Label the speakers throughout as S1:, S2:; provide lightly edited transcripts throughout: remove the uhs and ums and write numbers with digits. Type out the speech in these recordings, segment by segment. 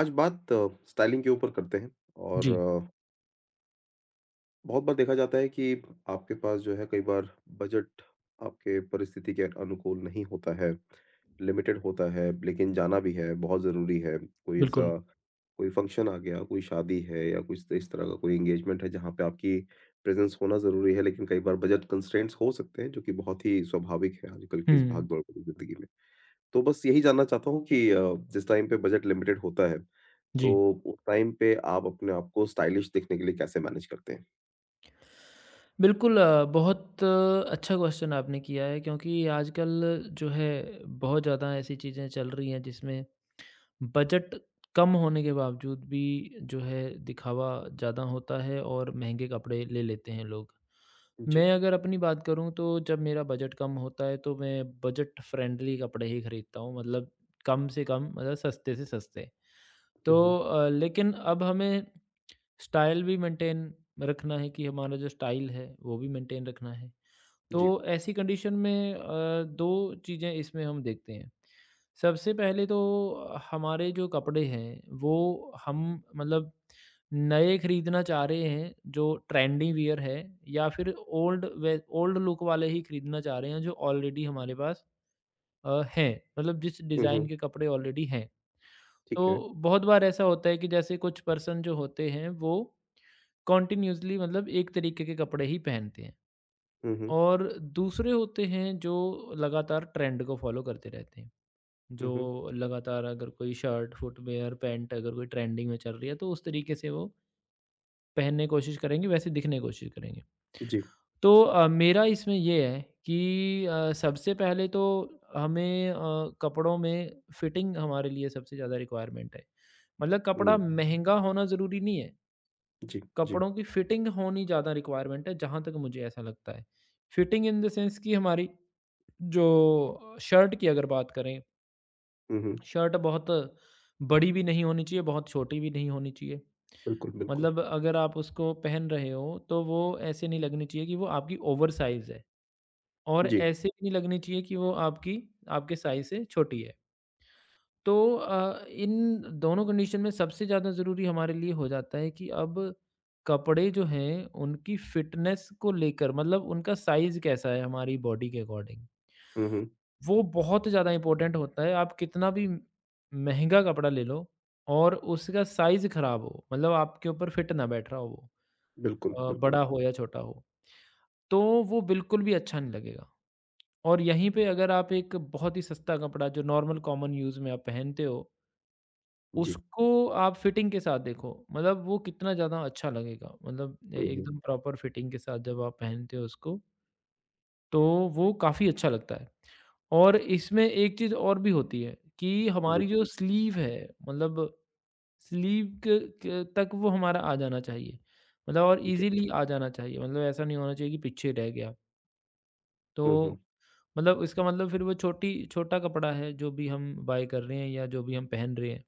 S1: आज बात स्टाइलिंग के ऊपर करते हैं और
S2: जी,
S1: बहुत बार देखा जाता है कि आपके पास जो है कई बार बजट आपके परिस्थिति के अनुकूल नहीं होता है, लिमिटेड होता है, लेकिन जाना भी है, बहुत ज़रूरी है। कोई
S2: बिल्कुल।
S1: ऐसा कोई फंक्शन आ गया, कोई शादी है या कुछ इस तरह का कोई एंगेजमेंट है जहाँ पे आपकी प्रेज़ेंस होना ज़रूरी है, लेकिन कई बार बजट कंस्ट्रेंट्स हो सकते हैं जो कि बहुत ही स्वाभाविक है आजकल की इस
S2: हुँ,
S1: भाग-दौड़ भरी ज़िंदगी में। तो बस यही जानना चाहता हूँ कि जिस टाइम पे बजट लिमिटेड होता है
S2: जी।
S1: तो उस टाइम पे आप अपने आप को स्टाइलिश दिखने के लिए कैसे मैनेज करते हैं?
S2: बिल्कुल बहुत अच्छा क्वेश्चन आपने किया है, क्योंकि आजकल जो है बहुत ज़्यादा ऐसी चीज़ें चल रही हैं जिसमें बजट कम होने के बावजूद भी जो है दिखावा ज़्यादा होता है और महँगे कपड़े ले लेते हैं लोग।
S1: जी।
S2: मैं अगर अपनी बात करूँ तो जब मेरा बजट कम होता है तो मैं बजट फ्रेंडली कपड़े ही खरीदता हूँ, मतलब कम से कम, मतलब सस्ते से सस्ते।
S1: हुँ, हुँ।
S2: तो लेकिन अब हमें स्टाइल भी मेंटेन रखना है कि हमारा जो स्टाइल है वो भी मेंटेन रखना है। तो
S1: जी।
S2: ऐसी कंडीशन में 2 चीज़ें इसमें हम देखते हैं। सबसे पहले तो हमारे जो कपड़े हैं वो हम, मतलब, नए खरीदना चाह रहे हैं जो ट्रेंडी वियर है, या फिर ओल्ड लुक वाले ही खरीदना चाह रहे हैं जो ऑलरेडी हमारे पास हैं। मतलब जिस
S1: हुँ,
S2: डिज़ाइन
S1: हुँ।
S2: के कपड़े ऑलरेडी हैं। तो
S1: ठीक है।
S2: बहुत बार ऐसा होता है कि जैसे कुछ पर्सन जो होते हैं वो कंटिन्यूअसली, मतलब एक तरीके के कपड़े ही पहनते हैं,
S1: हुँ, हुँ।
S2: और दूसरे होते हैं जो लगातार ट्रेंड को फॉलो करते रहते हैं,
S1: हुँ,
S2: जो
S1: हुँ।
S2: लगातार अगर कोई शर्ट, फुटवेयर, पैंट अगर कोई ट्रेंडिंग में चल रही है तो उस तरीके से वो पहनने की कोशिश करेंगे, वैसे दिखने की कोशिश करेंगे।
S1: जी।
S2: तो मेरा इसमें ये है कि सबसे पहले तो हमें कपड़ों में फिटिंग हमारे लिए सबसे ज़्यादा रिक्वायरमेंट है, मतलब कपड़ा
S1: हुँ,
S2: महंगा होना ज़रूरी नहीं है,
S1: जी, जी।
S2: कपड़ों की फिटिंग होनी ज़्यादा रिक्वायरमेंट है, जहाँ तक मुझे ऐसा लगता है। फिटिंग इन द सेंस कि हमारी जो शर्ट की अगर बात करें,
S1: हुँ, हुँ।
S2: शर्ट बहुत बड़ी भी नहीं होनी चाहिए, बहुत छोटी भी नहीं होनी चाहिए।
S1: बिल्कुल, बिल्कुल।
S2: मतलब अगर आप उसको पहन रहे हो, तो वो ऐसे नहीं लगनी चाहिए कि वो आपकी ओवरसाइज़ है, और
S1: जी।
S2: ऐसे भी नहीं लगनी चाहिए कि वो आपकी आपके साइज़ से छोटी है। तो इन दोनों कंडीशन में सबसे ज़्यादा ज़रूरी हमारे लिए हो जाता है कि अब कपड़े जो हैं उनकी फिटनेस को लेकर, मतलब उनका साइज़ कैसा है हमारी बॉडी के अकॉर्डिंग।
S1: हुँ, हुँ।
S2: वो बहुत ज़्यादा इम्पोर्टेंट होता है। आप कितना भी महँगा कपड़ा ले लो, और उसका साइज़ ख़राब हो, मतलब आपके ऊपर फिट ना बैठ रहा हो, वो
S1: बिल्कुल, बिल्कुल।
S2: बड़ा हो या छोटा हो, तो वो बिल्कुल भी अच्छा नहीं लगेगा। और यहीं पे अगर आप एक बहुत ही सस्ता कपड़ा जो नॉर्मल कॉमन यूज़ में आप पहनते हो,
S1: जी।
S2: उसको आप फिटिंग के साथ देखो, मतलब वो कितना ज़्यादा अच्छा लगेगा। मतलब ए
S1: हुँ, हुँ।
S2: एकदम प्रॉपर फिटिंग के साथ जब आप पहनते हो उसको, तो वो काफ़ी अच्छा लगता है। और इसमें एक चीज़ और भी होती है कि
S1: जी,
S2: हमारी जो स्लीव है, मतलब स्लीव क क तक वो हमारा आ जाना चाहिए। मतलब और
S1: ठीक है।
S2: ईज़िली आ जाना चाहिए, मतलब ऐसा नहीं होना चाहिए कि पीछे रह गया।
S1: हुँ,
S2: तो
S1: हुँ।
S2: मतलब इसका मतलब फिर वो छोटी छोटा कपड़ा है, जो भी हम बाय कर रहे हैं या जो भी हम पहन रहे हैं।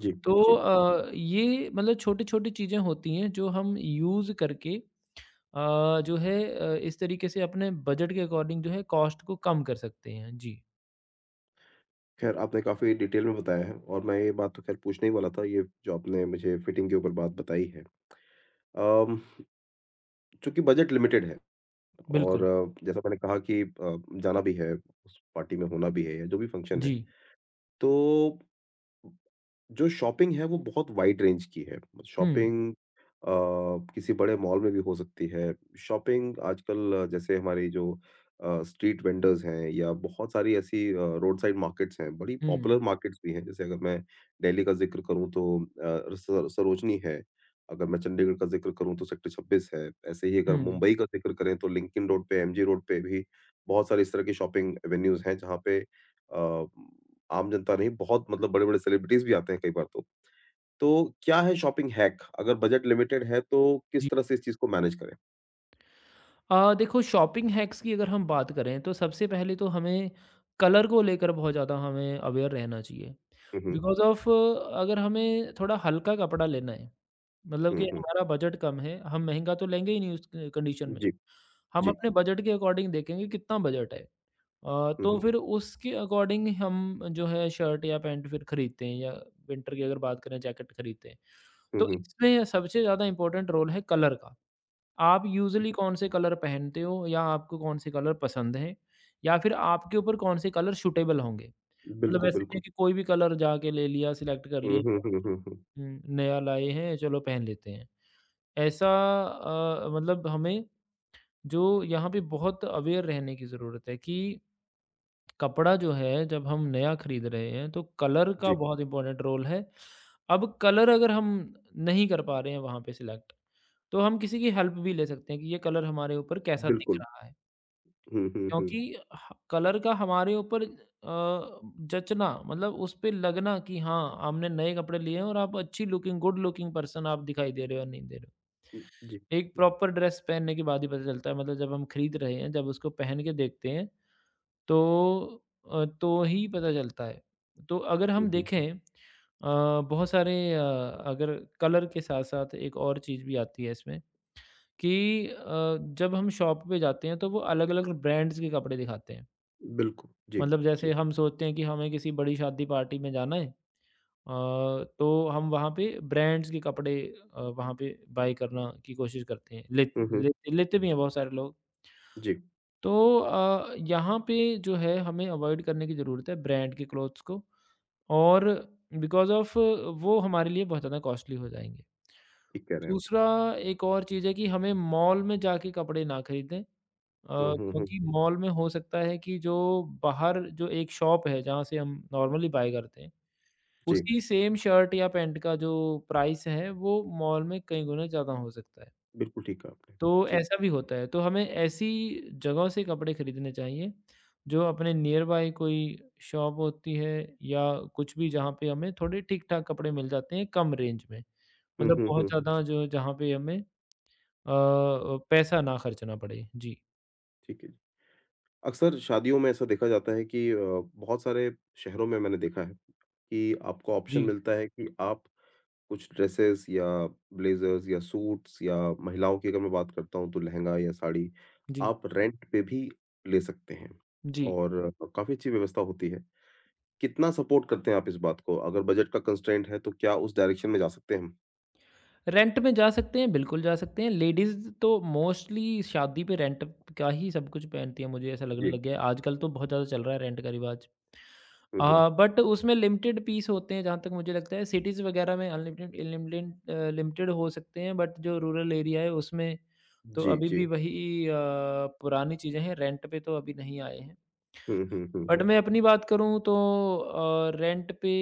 S1: जी,
S2: तो
S1: जी।
S2: ये मतलब छोटी-छोटी चीज़ें होती हैं जो हम यूज़ करके जो है इस तरीके से अपने बजट के अकॉर्डिंग जो है कॉस्ट को कम कर सकते हैं। जी,
S1: ख़ैर आपने काफ़ी डिटेल में बताया है और मैं ये बात तो ख़ैर पूछने ही वाला था, ये जो आपने मुझे फिटिंग के ऊपर बात बताई है। अम, चूँकि बजट लिमिटेड है और
S2: बिल्कुल।
S1: जैसा मैंने कहा कि जाना भी है, उस पार्टी में होना भी है या जो भी फंक्शन
S2: जी।
S1: है, तो जो शॉपिंग है वो बहुत वाइड रेंज की है।
S2: हुँ,
S1: शॉपिंग अ, किसी बड़े मॉल में भी हो सकती है। शॉपिंग आजकल जैसे हमारी जो स्ट्रीट वेंडर्स हैं या बहुत सारी ऐसी रोड साइड मार्केट्स हैं, बड़ी पॉपुलर
S2: हुँ,
S1: मार्केट्स भी हैं। जैसे अगर मैं दिल्ली का ज़िक्र करूँ तो अ, स सरोजनी है। अगर मैं चंडीगढ़ का ज़िक्र करूँ तो सेक्टर 26 है। ऐसे ही अगर
S2: हुँ,
S1: मुंबई का ज़िक्र करें तो लिंक्डइन रोड पे, एमजी रोड पे भी बहुत सारी इस तरह की शॉपिंग एवेन्यूज़ हैं जहाँ पे अ, आम जनता नहीं, बहुत मतलब बड़े-बड़े सेलिब्रिटीज़ भी आते हैं कई बार तो। तो क्या है शॉपिंग हैक? अगर बजट लिमिटेड है तो किस
S2: जी।
S1: तरह से इस चीज़ को मैनेज करें?
S2: देखो, शॉपिंग हैक्स की अगर हम बात करें तो सबसे पहले तो हमें कलर को लेकर बहुत ज़्यादा हमें अवेयर रहना चाहिए।
S1: हुँ, हुँ।
S2: बिकॉज़ ऑफ अगर हमें थोड़ा हल्का कपड़ा लेना है, मतलब
S1: हुँ,
S2: कि
S1: हुँ।
S2: हमारा बजट कम है, हम महँगा तो लेंगे ही नहीं उस क कंडीशन में।
S1: जी,
S2: हम
S1: जी।
S2: अपने बजट के अकॉर्डिंग देखेंगे कितना बजट है,
S1: हुँ,
S2: तो
S1: हुँ।
S2: फिर उसके अकॉर्डिंग हम जो है शर्ट या पैंट फिर खरीदते हैं, या विंटर की अगर बात करें जैकेट खरीदते हैं।
S1: हुँ,
S2: तो
S1: हुँ।
S2: इसमें सबसे ज़्यादा इम्पोर्टेंट रोल है कलर का। आप यूजुअली कौन-से कलर पहनते हो, या आपको कौन-से कलर पसंद हैं, या फिर आपके ऊपर कौन-से कलर सूटेबल होंगे? मतलब
S1: बिल्कुल,
S2: ऐसे नहीं है
S1: बिल्कुल।
S2: कि कोई भी कलर जाके ले लिया, सिलेक्ट कर
S1: हुँ,
S2: लिया,
S1: हुँ, हुँ, हुँ, हुँ।
S2: नया लाए हैं चलो पहन लेते हैं। ऐसा मतलब हमें, जो यहाँ पे बहुत अवेयर रहने की ज़रूरत है कि कपड़ा जो है जब हम नया खरीद रहे हैं तो कलर का
S1: जी,
S2: बहुत इम्पोर्टेंट रोल है। अब कलर अगर हम नहीं कर पा रहे हैं वहाँ पे सिलेक्ट, तो हम किसी की हेल्प भी ले सकते हैं कि ये कलर हमारे ऊपर कैसा दिख
S1: बिल्कुल।
S2: रहा है।
S1: हुँ, हुँ, हुँ।
S2: क्योंकि ह कलर का हमारे ऊपर जचना, मतलब उस पे लगना कि हाँ, हमने नए कपड़े लिए हैं और आप अच्छी लुकिंग, गुड लुकिंग पर्सन आप दिखाई दे रहे हो या नहीं दे रहे हो।
S1: हुँ, जी।
S2: एक प्रॉपर ड्रेस पहनने के बाद ही पता चलता है, मतलब जब हम खरीद रहे हैं, जब उसको पहन के देखते हैं तो तो ही पता चलता है। तो अगर
S1: हुँ,
S2: हम
S1: हुँ, हुँ।
S2: देखें, अ, बहुत सारे अ, अगर कलर के साथ-साथ एक और चीज़ भी आती है इसमें, कि जब हम शॉप पे जाते हैं तो वो अलग-अलग ब्रांड्स के कपड़े दिखाते हैं।
S1: बिल्कुल। जी,
S2: मतलब
S1: जी।
S2: जैसे हम सोचते हैं कि हमें किसी बड़ी शादी पार्टी में जाना है, अ, तो हम वहाँ पे ब्रांड्स के कपड़े, वहाँ पे बाय करना की कोशिश करते हैं। ले
S1: हुँ, हुँ।
S2: ले लेते भी हैं बहुत सारे लोग।
S1: जी,
S2: तो यहाँ पे जो है हमें अवॉइड करने की ज़रूरत है ब्रांड के क्लोथ्स को, और बिकॉज़ ऑफ़ वो हमारे लिए बहुत ज़्यादा कॉस्टली हो जाएँगे।
S1: ठीक कह रहे हैं आप।
S2: दूसरा एक और चीज़ है कि हमें मॉल में जाके कपड़े ना खरीदें,
S1: हुँ, हुँ, हुँ,
S2: क्योंकि
S1: हुँ।
S2: मॉल में हो सकता है कि जो बाहर जो एक शॉप है जहाँ से हम नॉर्मली बाय करते हैं,
S1: जी,
S2: उसी सेम शर्ट या पैंट का जो प्राइस है वो मॉल में कई गुना ज़्यादा हो सकता है।
S1: बिल्कुल ठीक कहा आपने।
S2: तो
S1: जी।
S2: ऐसा भी होता है, तो हमें ऐसी जगहों से कपड़े खरीदने चाहिए, जो अपने नियर बाय कोई शॉप होती है, या कुछ भी जहाँ पे हमें थोड़े ठीक-ठाक कपड़े मिल जाते हैं कम रेंज में।
S1: हुँ,
S2: मतलब
S1: हुँ,
S2: बहुत
S1: हुँ, हुँ।
S2: ज़्यादा जो जहाँ पे हमें पैसा ना खर्चना पड़े। जी।
S1: ठीक है। जी। अक्सर शादियों में ऐसा देखा जाता है कि बहुत सारे शहरों में मैंने देखा है कि आपको ऑप्शन
S2: जी,
S1: मिलता है कि आप कुछ ड्रेसेस या ब्लेजर्स या सूट्स या महिलाओं की अगर मैं बात करता हूँ तो लहंगा या साड़ी
S2: जी,
S1: आप रेंट पे भी ले सकते हैं
S2: जी।
S1: और काफ़ी अच्छी व्यवस्था होती है। कितना सपोर्ट करते हैं आप इस बात को? अगर बजट का कंस्ट्रेंट है तो क्या उस डायरेक्शन में जा सकते हैं हम?
S2: रेंट में जा सकते हैं, बिल्कुल जा सकते हैं। लेडीज़ तो मोस्टली शादी पे रेंट का ही सब कुछ पहनती हैं, मुझे ऐसा लगने
S1: जी।
S2: लग गया है। आजकल तो बहुत ज़्यादा चल रहा है रेंट का रिवाज।
S1: हुँ, हुँ।
S2: हाँ, बट उसमें लिमिटेड पीस होते हैं जहाँ तक मुझे लगता है। सिटीज़ वगैरह में लिमिटेड हो सकते हैं, बट जो रूरल एरिया है उसमें तो
S1: जी,
S2: अभी
S1: जी।
S2: भी वही पुरानी चीज़ें हैं, रेंट पे तो अभी नहीं आए हैं।
S1: हुँ, हुँ, हुँ,
S2: बट
S1: हुँ।
S2: मैं अपनी बात करूँ तो रेंट पे,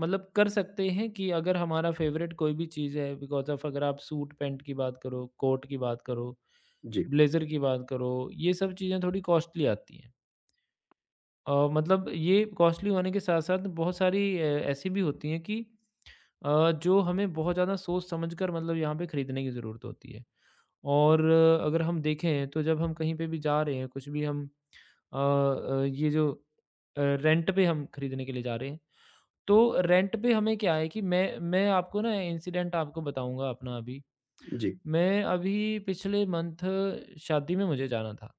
S2: मतलब कर सकते हैं कि अगर हमारा फेवरेट कोई भी चीज़ है, बिकॉज़ ऑफ अगर आप सूट पैंट की बात करो, कोट की बात करो,
S1: जी,
S2: ब्लेज़र की बात करो, ये सब चीज़ें थोड़ी कॉस्टली आती हैं। मतलब ये कॉस्टली होने के साथ-साथ बहुत सारी ऐसी भी होती हैं कि जो हमें बहुत ज़्यादा सोच समझ कर, मतलब यहाँ पे खरीदने की ज़रूरत होती है। और अगर हम देखें तो जब हम कहीं पे भी जा रहे हैं, कुछ भी हम ये जो रेंट पे हम खरीदने के लिए जा रहे हैं, तो रेंट पे हमें क्या है कि मैं आपको ना इंसिडेंट आपको बताऊँगा अपना अभी।
S1: जी।
S2: मैं अभी पिछले मंथ शादी में मुझे जाना था।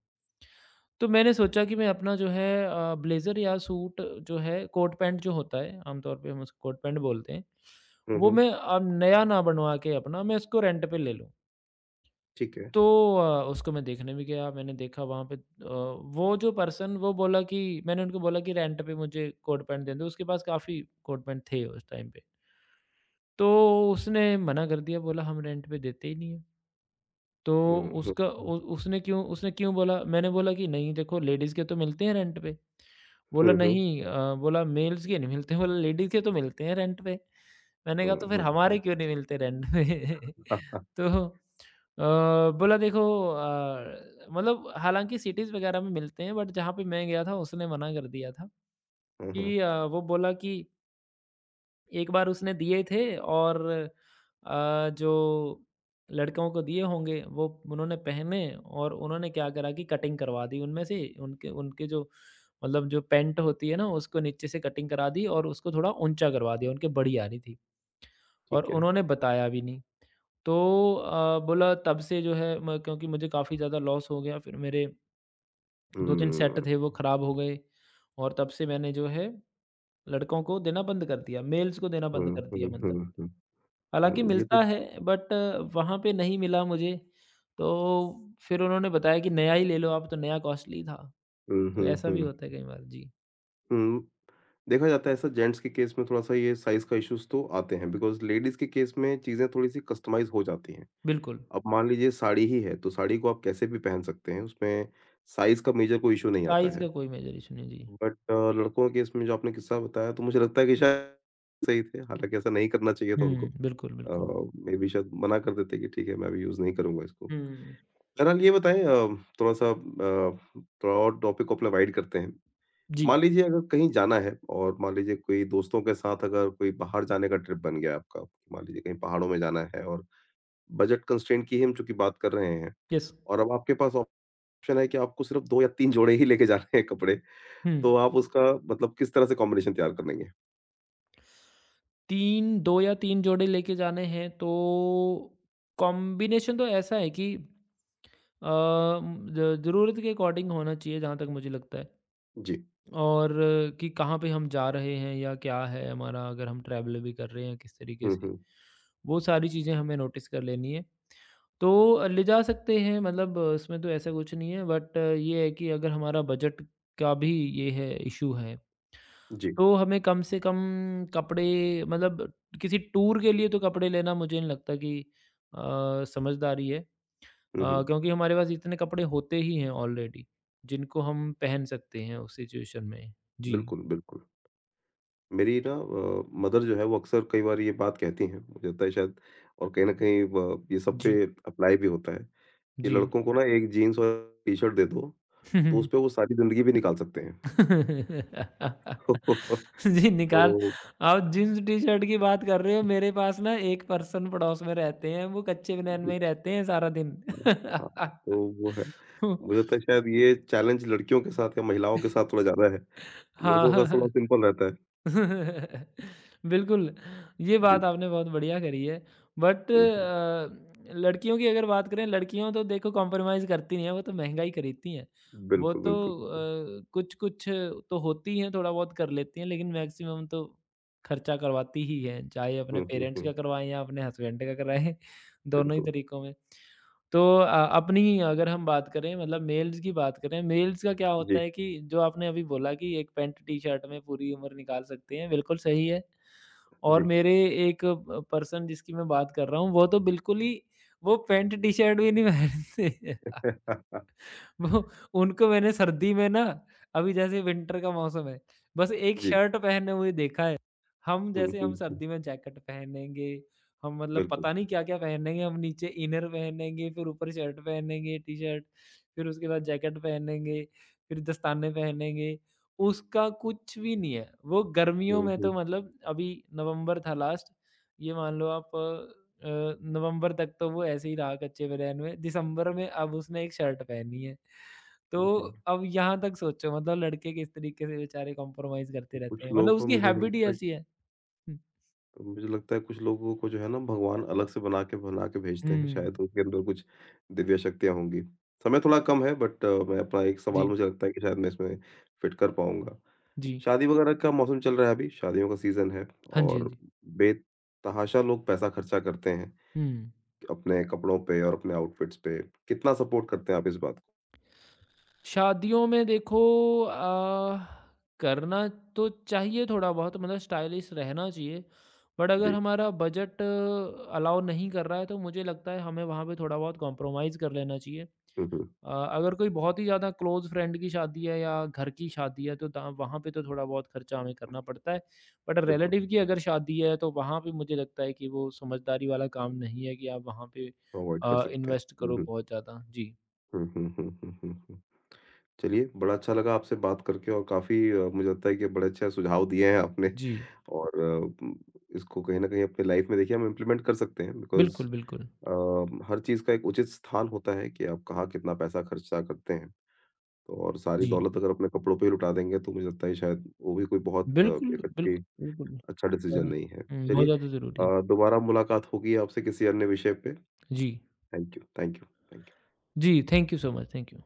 S2: तो मैंने सोचा कि मैं अपना जो है ब्लेज़र या सूट जो है कोट पैंट जो होता है, आमतौर पे हम उसको कोट पैंट बोलते हैं,
S1: हुँ,
S2: वो
S1: हुँ।
S2: मैं अब नया ना बनवा के अपना मैं उसको रेंट पे ले लूँ।
S1: ठीक है।
S2: तो उसको मैं देखने भी गया, मैंने देखा वहाँ पे वो जो पर्सन वो बोला कि मैंने उनको बोला कि रेंट पे मुझे कोट पैंट दे दो, उसके पास काफ़ी कोट पैंट थे उस टाइम पे। तो उसने मना कर दिया, बोला हम रेंट पे देते ही नहीं है। तो
S1: हुँ, हुँ,
S2: उसका
S1: हुँ।
S2: उ उसने क्यों बोला, मैंने बोला कि नहीं देखो, लेडीज़ के तो मिलते हैं रेंट पे। बोला
S1: हुँ, हुँ।
S2: नहीं बोला मेल्स के नहीं मिलते, बोला लेडीज़ के तो मिलते हैं रेंट पे। मैंने कहा
S1: हुँ,
S2: तो फिर
S1: हुँ, हुँ।
S2: हमारे क्यों नहीं मिलते रेंट पे?
S1: हाँ,
S2: तो बोला देखो मतलब हालाँकि सिटीज़ वगैरह में मिलते हैं बट जहाँ पे मैं गया था उसने मना कर दिया था
S1: हुँ, हुँ,
S2: कि वो बोला कि एक बार उसने दिए थे और जो लड़कों को दिए होंगे वो उन्होंने पहने और उन्होंने क्या करा कि कटिंग करवा दी उनमें से उनके उनके जो मतलब जो पैंट होती है ना उसको नीचे से कटिंग करा दी और उसको थोड़ा ऊंचा करवा दिया उनके बड़ी आ रही थी और
S1: ठीक है।
S2: उन्होंने बताया भी नहीं। तो बोला तब से जो है क्योंकि मुझे काफ़ी ज़्यादा लॉस हो गया, फिर मेरे दो तीन सेट
S1: हुँ,
S2: थे वो ख़राब हो गए और तब से मैंने जो है लड़कों को देना बंद कर दिया, मेल्स को देना
S1: हुँ,
S2: बंद कर
S1: हुँ,
S2: दिया। मतलब
S1: हुँ, हुँ, हुँ,
S2: हालाँकि
S1: ये तो
S2: मिलता है बट वहाँ पे नहीं मिला मुझे। तो फिर उन्होंने बताया कि नया ही ले लो आप, तो नया कॉस्टली था।
S1: हुँ,
S2: तो
S1: हुँ,
S2: ऐसा भी
S1: हुँ,
S2: होता है कई बार। जी,
S1: हुँ। देखा जाता है ऐसा जेंट्स के केस में थोड़ा-सा ये साइज़ का इश्यूज़ तो आते हैं बिकॉज़ लेडीज़ के केस में चीज़ें थोड़ी-सी कस्टमाइज़ हो जाती हैं।
S2: बिल्कुल।
S1: अब मान लीजिए साड़ी ही है, तो साड़ी को आप कैसे भी पहन सकते हैं, उसमें साइज़ का मेजर कोई इश्यू नहीं आता
S2: साइज़
S1: है।
S2: का कोई मेजर इश्यू नहीं, जी।
S1: बट लड़कों के केस में जो आपने किस्सा बताया तो मुझे लगता है कि शायद सही थे, हालाँकि ऐसा नहीं करना चाहिए था उनको।
S2: हुँ, बिल्कुल, बिल्कुल।
S1: मेबी शायद मना कर देते कि ठीक है मैं अभी यूज़ नहीं करूँगा इसको।
S2: हुँ,
S1: बहरहाल ये बताएँ थोड़ा-सा थोड़ा और टॉपिक को अपना वाइड करते हैं।
S2: जी,
S1: मान लीजिए अगर कहीं जाना है और मान लीजिए कोई दोस्तों के साथ अगर कोई बाहर जाने का ट्रिप बन गया आपका, मान लीजिए कहीं पहाड़ों में जाना है और बजट कंस्ट्रेंट की ही हम चूँकि बात कर रहे हैं
S2: यस।
S1: और अब आपके पास ऑप्शन है कि आपको सिर्फ़ 2 या 3 जोड़े ही लेके जाने हैं कपड़े,
S2: हुँ,
S1: तो आप उसका मतलब किस तरह से कॉम्बिनेशन तैयार कर लेंगे?
S2: 3 2 या 3 जोड़े लेके जाने हैं तो कॉम्बिनेशन तो ऐसा है कि अ, ज ज़रूरत के अकॉर्डिंग होना चाहिए जहाँ तक मुझे लगता है।
S1: जी।
S2: और कि कहाँ पे हम जा रहे हैं या क्या है हमारा, अगर हम ट्रैवल भी कर रहे हैं किस तरीके
S1: हुँ,
S2: से,
S1: हुँ।
S2: वो सारी चीज़ें हमें नोटिस कर लेनी है। तो ले जा सकते हैं, मतलब उसमें तो ऐसा कुछ नहीं है, बट ये है कि अगर हमारा बजट का भी ये है इशू है,
S1: जी।
S2: तो हमें कम से कम कपड़े मतलब किसी टूर के लिए तो कपड़े लेना मुझे नहीं लगता कि अ, समझदारी है,
S1: हुँ, हुँ।
S2: क्योंकि हमारे पास इतने कपड़े होते ही हैं ऑलरेडी जिनको हम पहन सकते हैं उस सिचुएशन में। जी।
S1: बिल्कुल, बिल्कुल। मेरी ना मदर जो है वो अक्सर कई बार ये बात कहती हैं, मुझे लगता है शायद और कहीं न कहीं ब ये सब
S2: जी,
S1: पे अप्लाई भी होता है, कि
S2: जी।
S1: लड़कों को ना एक जीन्स और टी-शर्ट दे दो, तो उसपे वो सारी ज़िंदगी भी निकाल सकते हैं।
S2: जी, निकाल।
S1: तो
S2: आप जीन्स टी-शर्ट की बात कर रहे हो, मेरे पास ना एक पर्सन पड़ोस में रहते हैं, वो कच्चे बनियान में
S1: जी,
S2: ही रहते हैं सारा दिन।
S1: हाँ, हाँ, तो वो है। मुझे लगता है शायद ये चैलेंज लड़कियों के साथ या महिलाओं के साथ थोड़ा ज़्यादा है,
S2: हाँ।
S1: लड़कों का थोड़ा
S2: हाँ।
S1: सिंपल रहता है।
S2: बिल्कुल, ये बात
S1: जी,
S2: आपने बहुत बढ़िया करी है। बट
S1: हुँ, हुँ।
S2: लड़कियों की अगर बात करें, लड़कियाँ तो देखो कॉम्प्रोमाइज़ करती नहीं हैं, वो तो महँगा ही खरीदती हैं। वो
S1: बिल्कुल,
S2: तो
S1: बिल्कुल, बिल्कुल।
S2: कुछ-कुछ तो होती हैं, थोड़ा बहुत कर लेती हैं, लेकिन मैक्सिमम तो खर्चा करवाती ही हैं, चाहे अपने
S1: हुँ, हुँ,
S2: पेरेंट्स
S1: हुँ,
S2: का करवाएँ या अपने हस्बैंड का कराएँ, दोनों ही
S1: बिल्कुल।
S2: तरीकों में। तो अपनी अगर हम बात करें, मतलब मेल्स की बात करें, मेल्स का क्या
S1: जी,
S2: होता है कि जो आपने अभी बोला कि एक पैंट टी-शर्ट में पूरी उम्र निकाल सकते हैं, बिल्कुल सही है। और
S1: जी।
S2: मेरे एक प पर्सन जिसकी मैं बात कर रहा हूँ, वो तो बिल्कुल ही वो पैंट टी-शर्ट भी नहीं पहनते। वो उनको मैंने सर्दी में ना, अभी जैसे विंटर का मौसम है, बस एक
S1: जी,
S2: शर्ट पहने हुए देखा है। हम
S1: हुँ,
S2: जैसे
S1: हुँ,
S2: हम
S1: हुँ,
S2: सर्दी में जैकेट पहनेंगे, हम मतलब
S1: बिल्कुल।
S2: पता नहीं क्या-क्या पहनेंगे, हम नीचे इनर पहनेंगे, फिर ऊपर शर्ट पहनेंगे, टी-शर्ट, फिर उसके बाद जैकेट पहनेंगे, फिर दस्ताने पहनेंगे। उसका कुछ भी नहीं है। वो गर्मियों
S1: हुँ,
S2: में तो
S1: हुँ।
S2: मतलब अभी नवंबर था लास्ट, ये मान लो आप, नवंबर तक तो वो ऐसे ही रहा कच्चे बनियान में, दिसंबर में अब उसने एक शर्ट पहनी है। तो
S1: बताइए।
S2: अब यहाँ तक सोचो, मतलब लड़के किस तरीके से बेचारे कॉम्प्रोमाइज़ करते
S1: कुछ
S2: रहते हैं,
S1: लोग
S2: मतलब
S1: को
S2: उसकी
S1: मुझे ऐसा
S2: हैबिट ही
S1: लगता है
S2: ऐसी है। हुँ,
S1: मुझे लगता है कुछ लोगों को जो है ना भगवान अलग से बना के भेजते हैं,
S2: हुँ,
S1: शायद उनके अंदर कुछ दिव्य शक्तियाँ होंगी। समय थोड़ा कम है बट मैं अपना एक सवाल
S2: जी,
S1: मुझे लगता है कि शायद मैं इसमें फिट कर पाऊँगा।
S2: जी।
S1: शादी वगैरह का मौसम चल रहा है अभी, शादियों का सीज़न है
S2: हाँ जी, हाँ
S1: और
S2: जी।
S1: बेतहाशा लोग पैसा खर्चा करते हैं,
S2: हुँ।
S1: अपने कपड़ों पे और अपने आउटफिट्स पे। कितना सपोर्ट करते हैं आप इस बात को?
S2: शादियों में देखो, अ, करना तो चाहिए थोड़ा बहुत, मतलब स्टाइलिश रहना चाहिए, बट अगर
S1: जी।
S2: हमारा बजट अलाउ नहीं कर रहा है तो मुझे लगता है हमें वहाँ पे थोड़ा बहुत कॉम्प्रोमाइज़ कर लेना चाहिए।
S1: हुँ, हुँ।
S2: अ, अगर कोई बहुत ही ज़्यादा क्लोज़ फ्रेंड की शादी है या घर की शादी है तो ता वहाँ पे तो थोड़ा बहुत खर्चा हमें करना पड़ता है। बट
S1: बिल्कुल,
S2: रिलेटिव की अगर शादी है तो वहाँ पे मुझे लगता है कि वो समझदारी वाला काम नहीं है कि आप वहाँ पे
S1: अवॉइड कर सकते हैं।
S2: इन्वेस्ट
S1: हुँ,
S2: करो
S1: हुँ।
S2: बहुत ज़्यादा। जी।
S1: हुँ, हुँ, हुँ, हुँ, हुँ, हुँ। चलिए, बड़ा अच्छा लगा आपसे बात करके और काफ़ी मुझे लगता है कि बड़े अच्छे सुझाव दिए हैं आपने
S2: जी,
S1: और इसको कहीं न कहीं अपनी लाइफ़ में देखिए हम इम्प्लीमेंट कर सकते हैं बिकॉज़
S2: बिल्कुल, बिल्कुल।
S1: हर चीज़ का एक उचित स्थान होता है कि आप कहाँ कितना पैसा खर्चा करते हैं। तो और सारी
S2: जी।
S1: दौलत अगर अपने कपड़ों पे ही लुटा देंगे तो मुझे लगता है शायद वो भी कोई बहुत
S2: बिल्कुल,
S1: एक अच्छी
S2: बिल्कुल, बिल्कुल।
S1: अच्छा डिसीज़न
S2: ज़्यादा
S1: नहीं है।
S2: हुँ, बहुत
S1: चलिए
S2: ज़्यादा ज़रूरी है।
S1: दोबारा मुलाकात होगी आपसे किसी अन्य विषय पे।
S2: जी।
S1: Thank you, thank you, thank you.
S2: जी, thank you so much, thank you.